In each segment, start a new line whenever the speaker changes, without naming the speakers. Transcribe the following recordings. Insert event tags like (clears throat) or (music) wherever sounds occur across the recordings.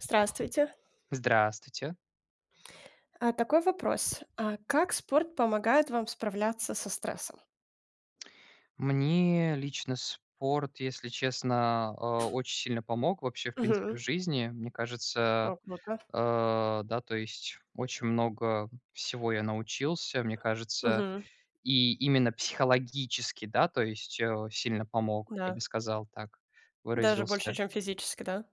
Здравствуйте.
Здравствуйте.
А, такой вопрос. А как спорт помогает вам справляться со стрессом?
Мне лично спорт, если честно, очень сильно помог вообще, в принципе,
Мгм.
в жизни. Мне кажется,
О, круто.
да, то есть очень много всего я научился, мне кажется,
Мгм.
и именно психологически, да, то есть сильно помог, я
Да.
бы сказал так,
Даже больше,
выразился.
чем физически, да?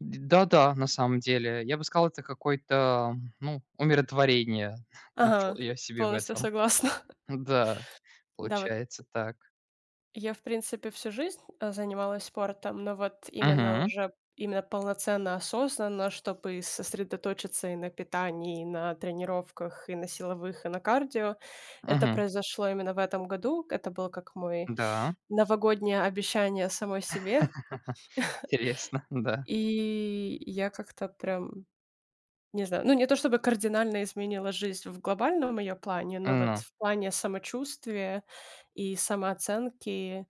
Да-да, на самом деле, я бы сказал, это какое-то, ну, умиротворение (laughs) нашел
Ага.
я себе в
Полностью
этом.
согласна. (laughs)
Да,
Да, вот
получается так.
я, в принципе, всю жизнь занималась спортом, но вот именно
Угу.
уже именно полноценно осознанно, чтобы сосредоточиться и на питании, и на тренировках, и на силовых, и на кардио. Это произошло именно в этом году. Это было как мой
Да,
новогоднее обещание самой себе.
(laughs) интересно, да.
И я как-то прям, не знаю, ну, не то чтобы кардинально изменила жизнь в глобальном ее плане, но вот
Ну,
в плане самочувствия и самооценки,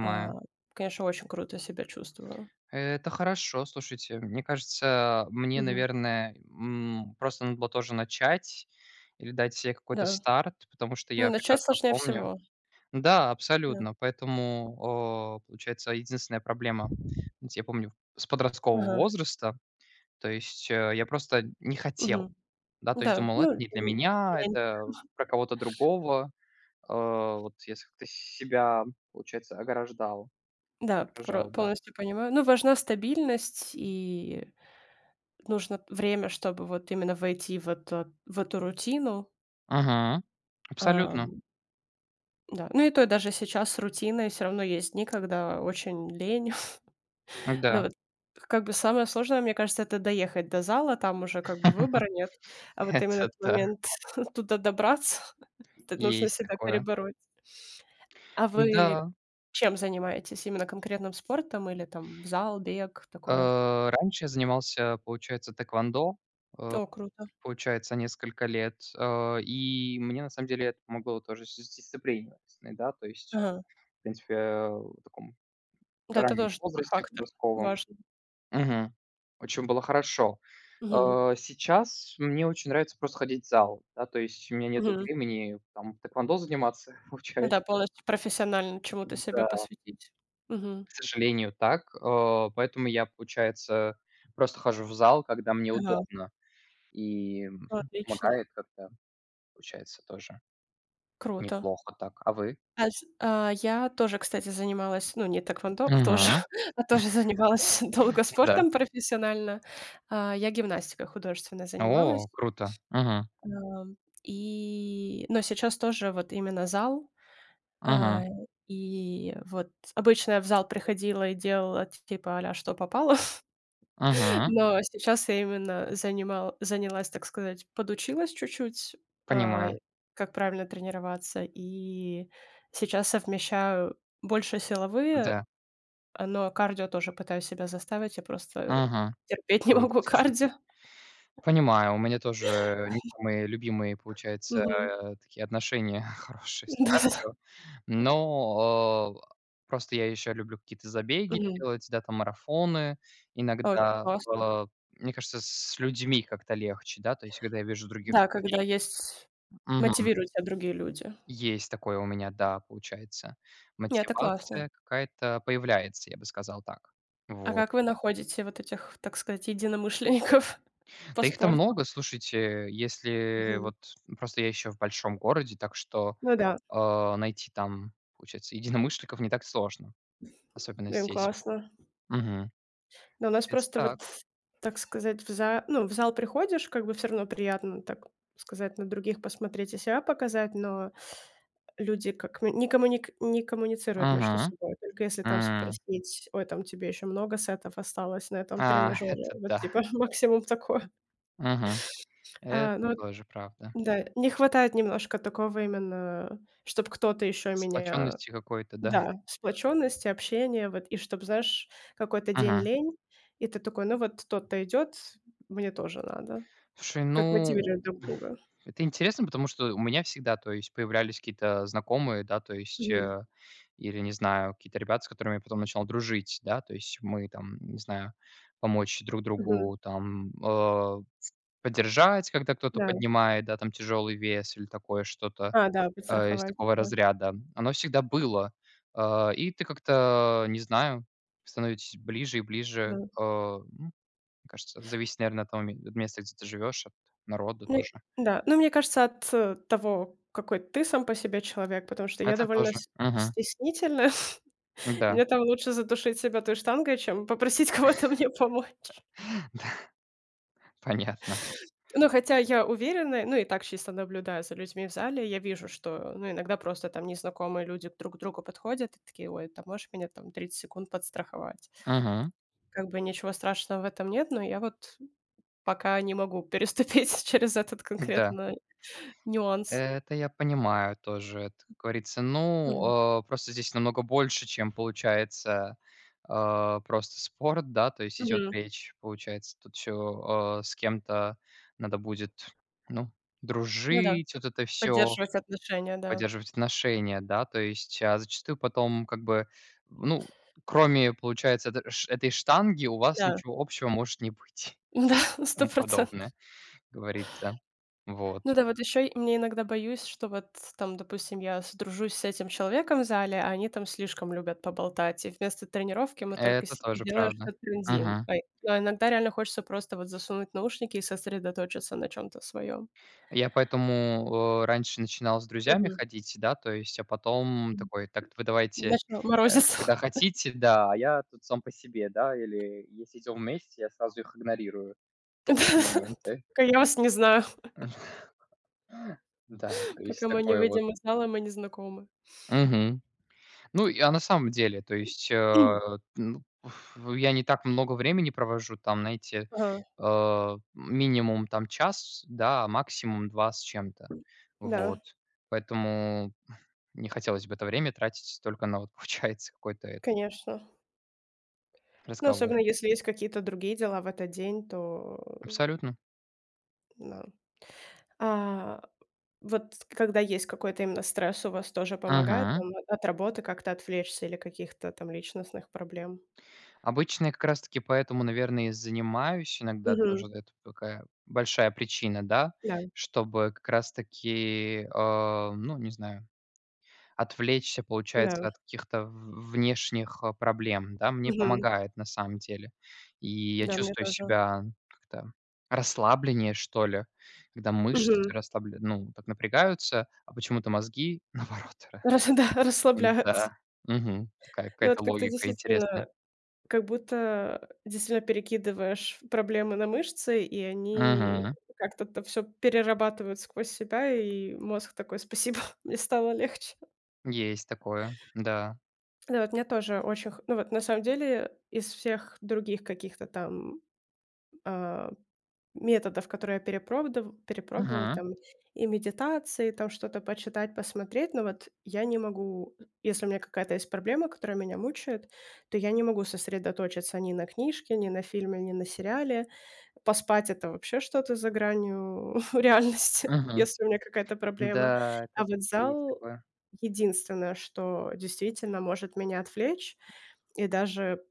а, конечно, очень круто себя чувствую.
Это хорошо, слушайте. Мне кажется, мне,
Мгм.
наверное, просто надо было тоже начать или дать себе какой-то
Да.
старт, потому что
Ну,
я
начать
прекрасно
сложнее
помню.
всего.
Да,
Да.
абсолютно. Поэтому, получается, единственная проблема, знаете, я помню, с подросткового
Ага.
возраста, то есть я просто не хотел,
Мгм.
да, то есть
Да.
думал,
Ну,
это не для меня,
я не-
это про кого-то другого. Вот если с как-то себя, получается, ограждал,
да, про
ограждал, да.
полностью понимаю. Ну, важна стабильность, и нужно время, чтобы вот именно войти в эту рутину.
Мгм. Абсолютно.
Да, ну и то даже сейчас с рутиной все равно есть дни, когда очень лень. (laughs) Но
Да.
вот как бы самое сложное, мне кажется, это доехать до зала, там уже как бы выбора нет. А
(laughs)
вот именно
Это
этот
да,
момент (laughs) туда добраться, (laughs) это нужно
есть
себя
такое.
перебороть. А вы
Да.
чем занимаетесь? Именно конкретным спортом или там в зал, бег, такое?
Раньше я занимался, получается, тэквондо, э,
О, круто.
получается, несколько лет. И мне, на самом деле, это помогло тоже с дисциплиной, да, то есть,
Ага.
в принципе, в таком
Да, это
раннем
тоже такой
возрасте
фактор
подростковом.
важный.
Мгм. Очень было хорошо.
Мгм.
Сейчас мне очень нравится просто ходить в зал, да, то есть у меня нету
Мгм.
времени там тэквондо заниматься,
Ну
(laughs)
да,
получается.
полностью профессионально чему-то себя
Да,
посвятить. Мгм.
к сожалению, так. Поэтому я, получается, просто хожу в зал, когда мне
Ага.
удобно, и,
Ну, отлично.
помогает как-то, получается, тоже
Круто.
неплохо так. А вы?
А я тоже, кстати, занималась, ну, не тэквондо (laughs) тоже,
Угу.
а тоже занималась (laughs) долго
Да.
спортом профессионально. А, я гимнастикой художественной занималась.
О, круто. Угу.
Ам, и но сейчас тоже вот именно зал. А,
Угу.
и вот обычно я в зал приходила и делала типа что попало. (laughs)
Мгм.
Но сейчас я именно занимал занялась, так сказать, подучилась чуть-чуть, а,
Понимаю.
как правильно тренироваться, и сейчас совмещаю больше силовые,
Да.
но кардио тоже пытаюсь себя заставить. Я просто
Угу.
терпеть (laughs) не
Круто,
могу
слушайте.
кардио.
Понимаю, у меня тоже не самые любимые, получается,
Мгм.
такие отношения (laughs) хорошие
(laughs)
с
Да-да-да.
кардио, но, просто я еще люблю какие-то забеги
Мгм.
делать, да, там марафоны
Ой,
иногда.
классно.
Мне кажется, с людьми как-то легче, да, то есть когда я вижу других.
Да, когда есть
Мгм.
мотивируют тя другие люди.
Есть такое у меня, да, получается.
Не, это классно.
Мотивация какая-то появляется, я бы сказал так.
А
Вот.
как вы находите вот этих, так сказать, единомышленников (laughs) по
Да их-то
спорту?
много, слушайте, если
Мгм.
вот просто я еще в большом городе, так что
Ну да,
Найти там, получается, единомышленников не так сложно, особенно
блин,
здесь.
классно.
Мгм.
Да, у нас
Получается
просто вот,
так.
так сказать, в зал приходишь, как бы все равно приятно, так сказать, на других посмотреть и себя показать, но люди как мы не коммуницируют между
Мгм.
собой. Только если там
М.
спросить: "Ой, там тебе еще много сетов осталось на
А,
этом
(laughs)
тренажере".
это
Вот
да.
типа (laughs) максимум такое.
Мгм. Это
А, ну вот,
тоже правда.
да, не хватает немножко такого именно, чтобы кто-то еще меня,
Сплоченности какой-то, да.
да, сплоченность, общение, вот. И чтобы, знаешь, какой-то день
Мгм.
лень, и ты такой: "Ну, вот тот-то идет, мне тоже надо".
Слушай,
Как
ну,
мотивировать друг друга.
это интересно, потому что у меня всегда, то есть, появлялись какие-то знакомые, да, то есть,
Мгм,
или, не знаю, какие-то ребята, с которыми я потом начал дружить, да, то есть мы там, не знаю, помочь друг
мгм,
другу там. Поддержать, когда кто-то
да.
поднимает, да, там тяжелый вес или такое что-то,
А, да,
из
подстраховать,
такого
да,
разряда. Оно всегда было. И ты как-то, не знаю, становитесь ближе и ближе.
да.
Мне кажется, зависит, наверное, от того ме от места, где ты живешь, от народа
Ну и
тоже.
да, ну, мне кажется, от, того, какой ты сам по себе человек, потому что я
Это
довольно
тоже.
с
Мгм.
стеснительная. (laughs)
Да,
Мне там лучше задушить себя той штангой, чем попросить (laughs) кого-то мне помочь.
понятно.
Ну, хотя я уверена, ну и так чисто наблюдаю за людьми в зале, я вижу, что, ну, иногда просто там незнакомые люди друг к другу подходят и такие: "Ой, там можешь меня там 30 секунд подстраховать?"
Мгм.
Как бы ничего страшного в этом нет, но я вот пока не могу переступить (laughs) через этот
Да.
конкретно нюанс.
Это я понимаю тоже. Это, как говорится,
Ну,
ну, просто здесь намного больше, чем получается, просто спорт, да, то есть идет
мгм.
речь, получается, тут еще, с кем-то надо будет, ну,
Ну да,
дружить, вот это все,
поддерживать отношения, да.
поддерживать отношения, да, то есть, а зачастую потом как бы, ну, кроме, получается, эт ш этой штанги у вас
Да,
ничего общего может не быть,
(laughs) да,
(laughs)
100
тому
процентов.
подобное, как говорится.
Ну
Вот.
да, вот еще мне иногда боюсь, что вот там, допустим, я сдружусь с этим человеком в зале, а они там слишком любят поболтать, и вместо тренировки мы только
Это тоже
делаем, что
правда.
трендим.
Мгм.
Но иногда реально хочется просто вот засунуть наушники и сосредоточиться на чем-то своем.
Я поэтому, раньше начинал с друзьями ходить, да, то есть, а потом такой: «Так, вы давайте,
Начало морозиться.
когда хотите, да, а я тут сам по себе», да, или если идём вместе, я сразу их игнорирую
(laughs) Да,
в моменты.
пока я вас не знаю,
(laughs) Да, то
пока
есть
мы не
такое вот.
выйдем из зала, мы не знакомы.
Мгм. Ну, и, а на самом деле, то есть,
(clears throat)
ну, (laughs) я не так много времени провожу там, знаете,
Ага,
минимум там час, да, а максимум 2 с чем-то. Вот.
да,
Поэтому не хотелось бы это время тратить только на вот, (laughs) получается, какой-то этот
конечно. Ну, особенно
разговор.
если есть какие-то другие дела в этот день, то э,
Абсолютно.
да. А, вот когда есть какой-то именно стресс, у вас тоже помогает
Мгм.
там от работы как-то отвлечься или каких-то там личностных проблем?
Обычно я как раз таки поэтому, наверное, и занимаюсь иногда
Мгм.
тоже. Это такая большая причина, да,
Да,
чтобы как раз таки, ну, не знаю, отвлечься,
да.
получается, от каких-то в внешних, проблем, да, мне
Мгм.
помогает на самом деле. И я
Да, мне
чувствую
тоже.
себя как-то расслабленнее, что ли, когда мышцы
Мгм.
расслабля ну, так напрягаются, а почему-то мозги, (laughs) наоборот, ра
Рас (laughs) Да, расслабляются.
да. Мгм. Такая
Ну, вот
какая-то
как-то
логика интересная.
действительно, как будто действительно перекидываешь проблемы на мышцы, и они
Мгм.
как-то все перерабатывают сквозь себя, и мозг такой: "Спасибо, (laughs) мне стало легче".
Есть такое, да.
Да, вот мне тоже очень х ну, вот на самом деле из всех других каких-то там а, методов, которые я перепробовала,
Мгм,
там и медитации, там что-то почитать, посмотреть. Но вот я не могу, если у меня какая-то есть проблема, которая меня мучает, то я не могу сосредоточиться ни на книжке, ни на фильме, ни на сериале. Поспать- это вообще что-то за гранью (laughs) реальности,
мгм.
если у меня какая-то проблема.
Да, это
А вот
есть
зал-
такое.
единственное, что действительно может меня отвлечь и даже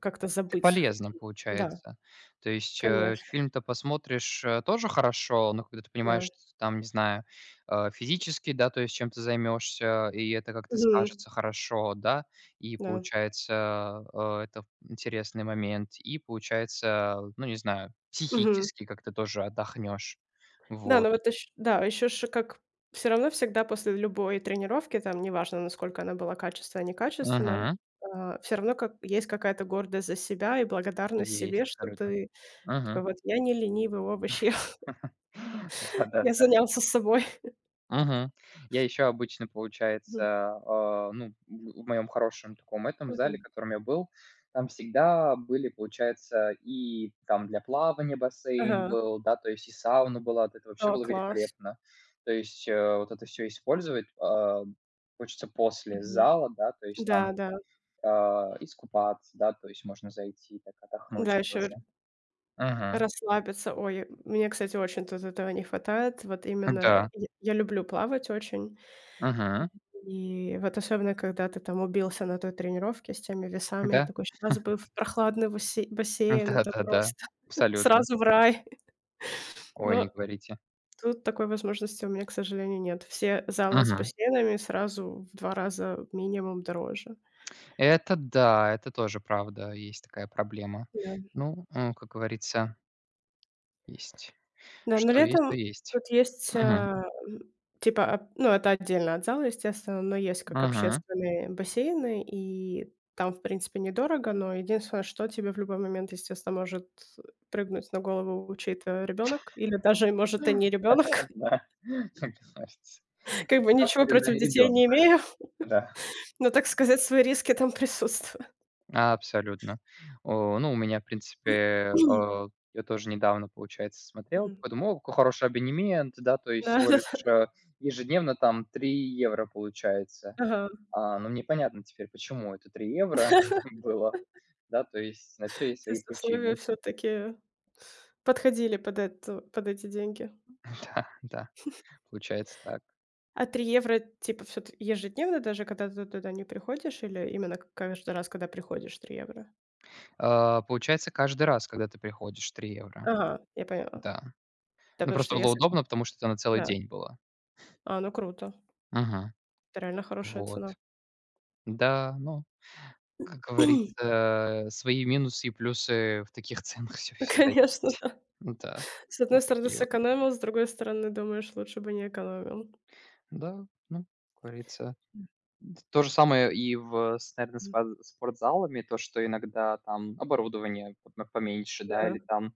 как-то
Это
забыть хэ
полезно
Да,
получается. То есть,
конечно,
фильм-то посмотришь, тоже хорошо, но когда ты понимаешь,
да.
что ты там, не знаю, физически, да, то есть чем-то займешься, и это как-то
Мгм.
скажется хорошо, да, и
Да.
получается, это интересный момент, и получается, ну, не знаю,
Мгм.
психически как-то тоже отдохнешь.
Да,
Вот.
но вот еще, да, еще ж как, все равно всегда после любой тренировки, там неважно, насколько она была качественная, некачественная,
Мгм.
все равно как есть какая-то гордость за себя и благодарность
Есть,
себе, что
абсолютно.
ты такой
Угу.
вот: "Я не ленивый овощ, (laughs) я
(laughs)
я
Да-да-да.
занялся собой".
Мгм. Я еще обычно,
Мгм.
получается, ну, в моем хорошем таком этом зале, в
Мгм.
котором я был, там всегда были, получается, и там для плавания бассейн
Ага.
был, да, то есть и сауна была, вот это вообще
О,
было
класс.
великолепно. То есть, вот это все использовать, хочется после
Мгм.
зала, да, то есть
Да,
там,
да.
искупаться, да, то есть можно зайти, так
Да,
отдохнуть тоже.
еще
Мгм.
расслабиться. Ой, мне, кстати, очень тут этого не хватает. Вот именно
Да.
я люблю плавать очень.
Мгм.
И вот особенно, когда ты там убился на той тренировке с теми весами, и
Да.
такой: "Сейчас бы в прохладный бассейн,
(laughs)
это
Да-да-да.
просто (laughs)
Абсолютно.
сразу в рай".
Ой, не
Но
говорите.
тут такой возможности у меня, к сожалению, нет. Все залы с
Мгм.
бассейнами сразу в 2 раза минимум дороже.
Это да, это тоже правда, есть такая проблема.
Да.
Ну, как говорится, есть.
Да, но
Что есть, то
летом
есть.
тут есть,
Мгм.
типа, ап ну, это отдельно от зала, естественно, но есть как
Мгм.
общественные бассейны, и там, в принципе, недорого, но единственное, что тебе в любой момент, естественно, может прыгнуть на голову чей-то ребёнок или даже, может, и не
Это
ребенок. (laughs)
да, (laughs) как говорится.
Как бы ничего
Страшно, когда
против
не
детей
ребенок.
не имею,
Да.
но, так сказать, свои риски там присутствуют.
Абсолютно. О, ну, у меня, в принципе,
(clears throat)
э, я тоже недавно, получается, смотрел,
Мгм.
такой думаю: «О, какой хороший абонемент», да, то есть
Да,
всего
(laughs)
лишь, ежедневно там 3 евро получается.
ага.
Но мне понятно теперь, почему это 3 евро (laughs) было. Да, то есть на все есть
То
свои
есть условия
причины.
все
(laughs)
таки подходили под эту под эти деньги.
Да, да, получается так.
А 3 евро, типа, все ежедневно, даже когда ты туда не приходишь, или именно к каждый раз, когда приходишь, 3 евро?
Получается, каждый раз, когда ты приходишь, 3 евро.
Ага, я поняла.
Да.
Да,
Ну,
потому
просто
что
было
если,
удобно, потому что это на целый
да.
день было.
А, ну круто.
Мгм.
Это реально хорошая
Вот.
цена.
Да, ну, как
(clears throat)
говорится, свои минусы и плюсы в таких (laughs) ценах все всегда
Конечно,
есть.
да.
(laughs) Да,
С одной
вот
стороны,
такие вот.
сэкономил, с другой стороны, думаешь, лучше бы не экономил.
Да, ну, как говорится, то же самое и наверно,
Мгм.
спа спортзалами. То, что иногда там оборудование п поменьше, да,
Да.
или там,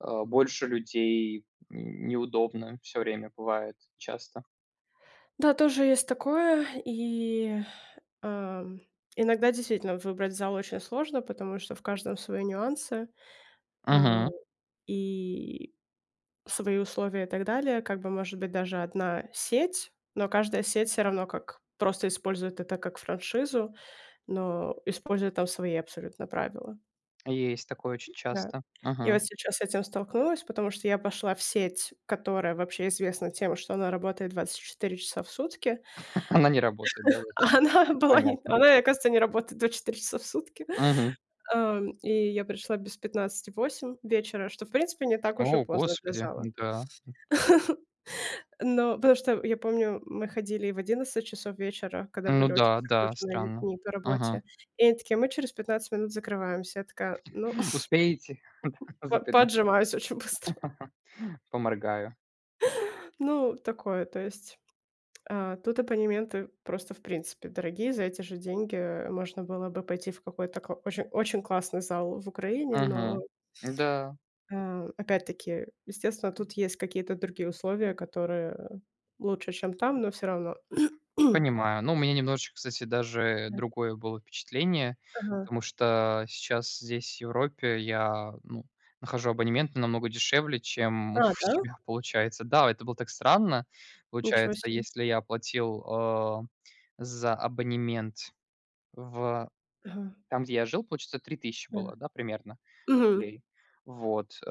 больше людей, н неудобно все время бывает часто.
Да, тоже есть такое. И, ам, иногда действительно выбрать зал очень сложно, потому что в каждом свои нюансы. А,
Мгм.
и свои условия и так далее, как бы может быть даже одна сеть, но каждая сеть все равно как просто использует это как франшизу, но использует там свои абсолютно правила.
Есть такое очень
Да.
часто.
Я вот
Мгм.
сейчас с этим столкнулась, потому что я пошла в сеть, которая вообще известна тем, что она работает 24 часа в сутки,
(laughs) Она не работает, да,
(laughs)
за
а
четыре. Понятно.
она, оказывается, не работает 24 часа в сутки.
Мгм.
И я пришла без 7:08 вечера, что, в принципе, не так уж и
О,
поздно для
господи,
зала.
да.
Но потому что я помню, мы ходили и в 11 часов вечера, когда
Ну
были очень
да, да,
загруженные
странно.
дни по
Угу.
работе. И они такие: "Мы через 15 минут закрываемся". Я такая: "Ну, (laughs)
Успеете? (laughs)
по
Запятно.
поотжимаюсь очень быстро". (laughs)
Поморгаю.
Ну, такое, то есть, тут абонементы просто, в принципе, дорогие. За эти же деньги, можно было бы пойти в какой-то кла очень очень классный зал в Украине, но,
Угу. Да.
опять-таки, естественно, тут есть какие-то другие условия, которые лучше, чем там, но все равно. (clears throat)
Понимаю. Ну, у меня немножечко, кстати, даже другое было впечатление,
Ага.
потому что сейчас здесь, в Европе, я, ну, нахожу абонементы намного дешевле, чем (laughs)
А,
у
да?
себя получается. Да, это было так странно.
Ничего
Получается,
себе.
если я платил, за абонемент в
Ага,
там, где я жил, получается, тысячи
да.
было, да, примерно
Мгм.
рублей. Вот,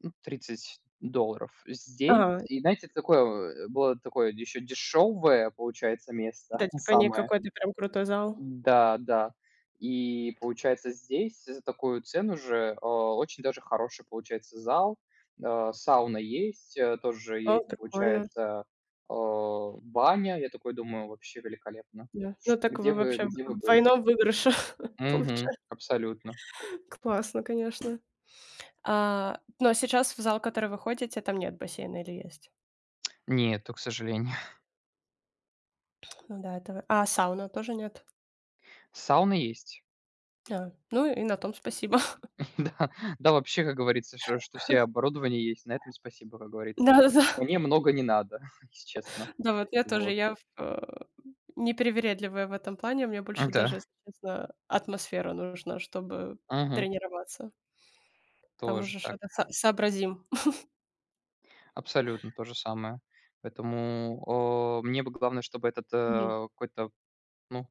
ну, 30 долларов. Здесь,
Ага,
и знаете, такое, было такое еще дешевое, получается, место
да,
(laughs)
типа не
самое.
какой-то прям крутой зал.
Да, да. И получается, здесь за такую цену же, очень даже хороший получается зал. Сауна есть, тоже
О,
есть,
прикольно,
получается, э, баня. Я такой думаю, вообще великолепно.
да. Ну
Слушайте,
так
где
вы
вы
вообще
где вы
в
были?
двойном выигрыше (laughs)
Мгм.
получае.
Абсолютно.
Классно, конечно. А, но сейчас в зал, в который вы ходите, там нет бассейна или есть?
Нету, к сожалению.
Ну да, это. А сауна тоже нет?
(laughs) Сауна есть.
А, ну и на том спасибо. (laughs)
(laughs) Да, да, вообще, как говорится, что все оборудование есть. На этом спасибо, как говорится.
Да-да-да,
Мне много не надо, (laughs) если честно.
да, вот я тоже,
Вот.
я непривередливая в этом плане. Мне больше даже,
Да.
если честно, атмосфера нужна, чтобы
Мгм.
тренироваться. Там
Тоже
уже
так.
что-то со сообразим.
Абсолютно то же самое. Поэтому, мне бы главное, чтобы этот,
Мгм.
какой-то, ну,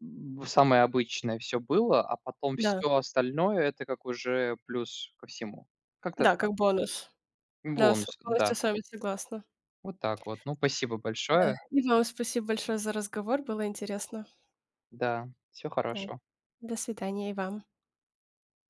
самое обычное все было, а потом
Да,
все остальное - это как уже плюс ко всему. Как-то
да,
так.
как бонус. Да, с
Бонус, да.
полностью с вами согласна.
Вот так вот. Ну, спасибо
Да.
большое.
И вам спасибо большое за разговор, было интересно.
Да. Всего
Да.
хорошего.
До свидания и вам.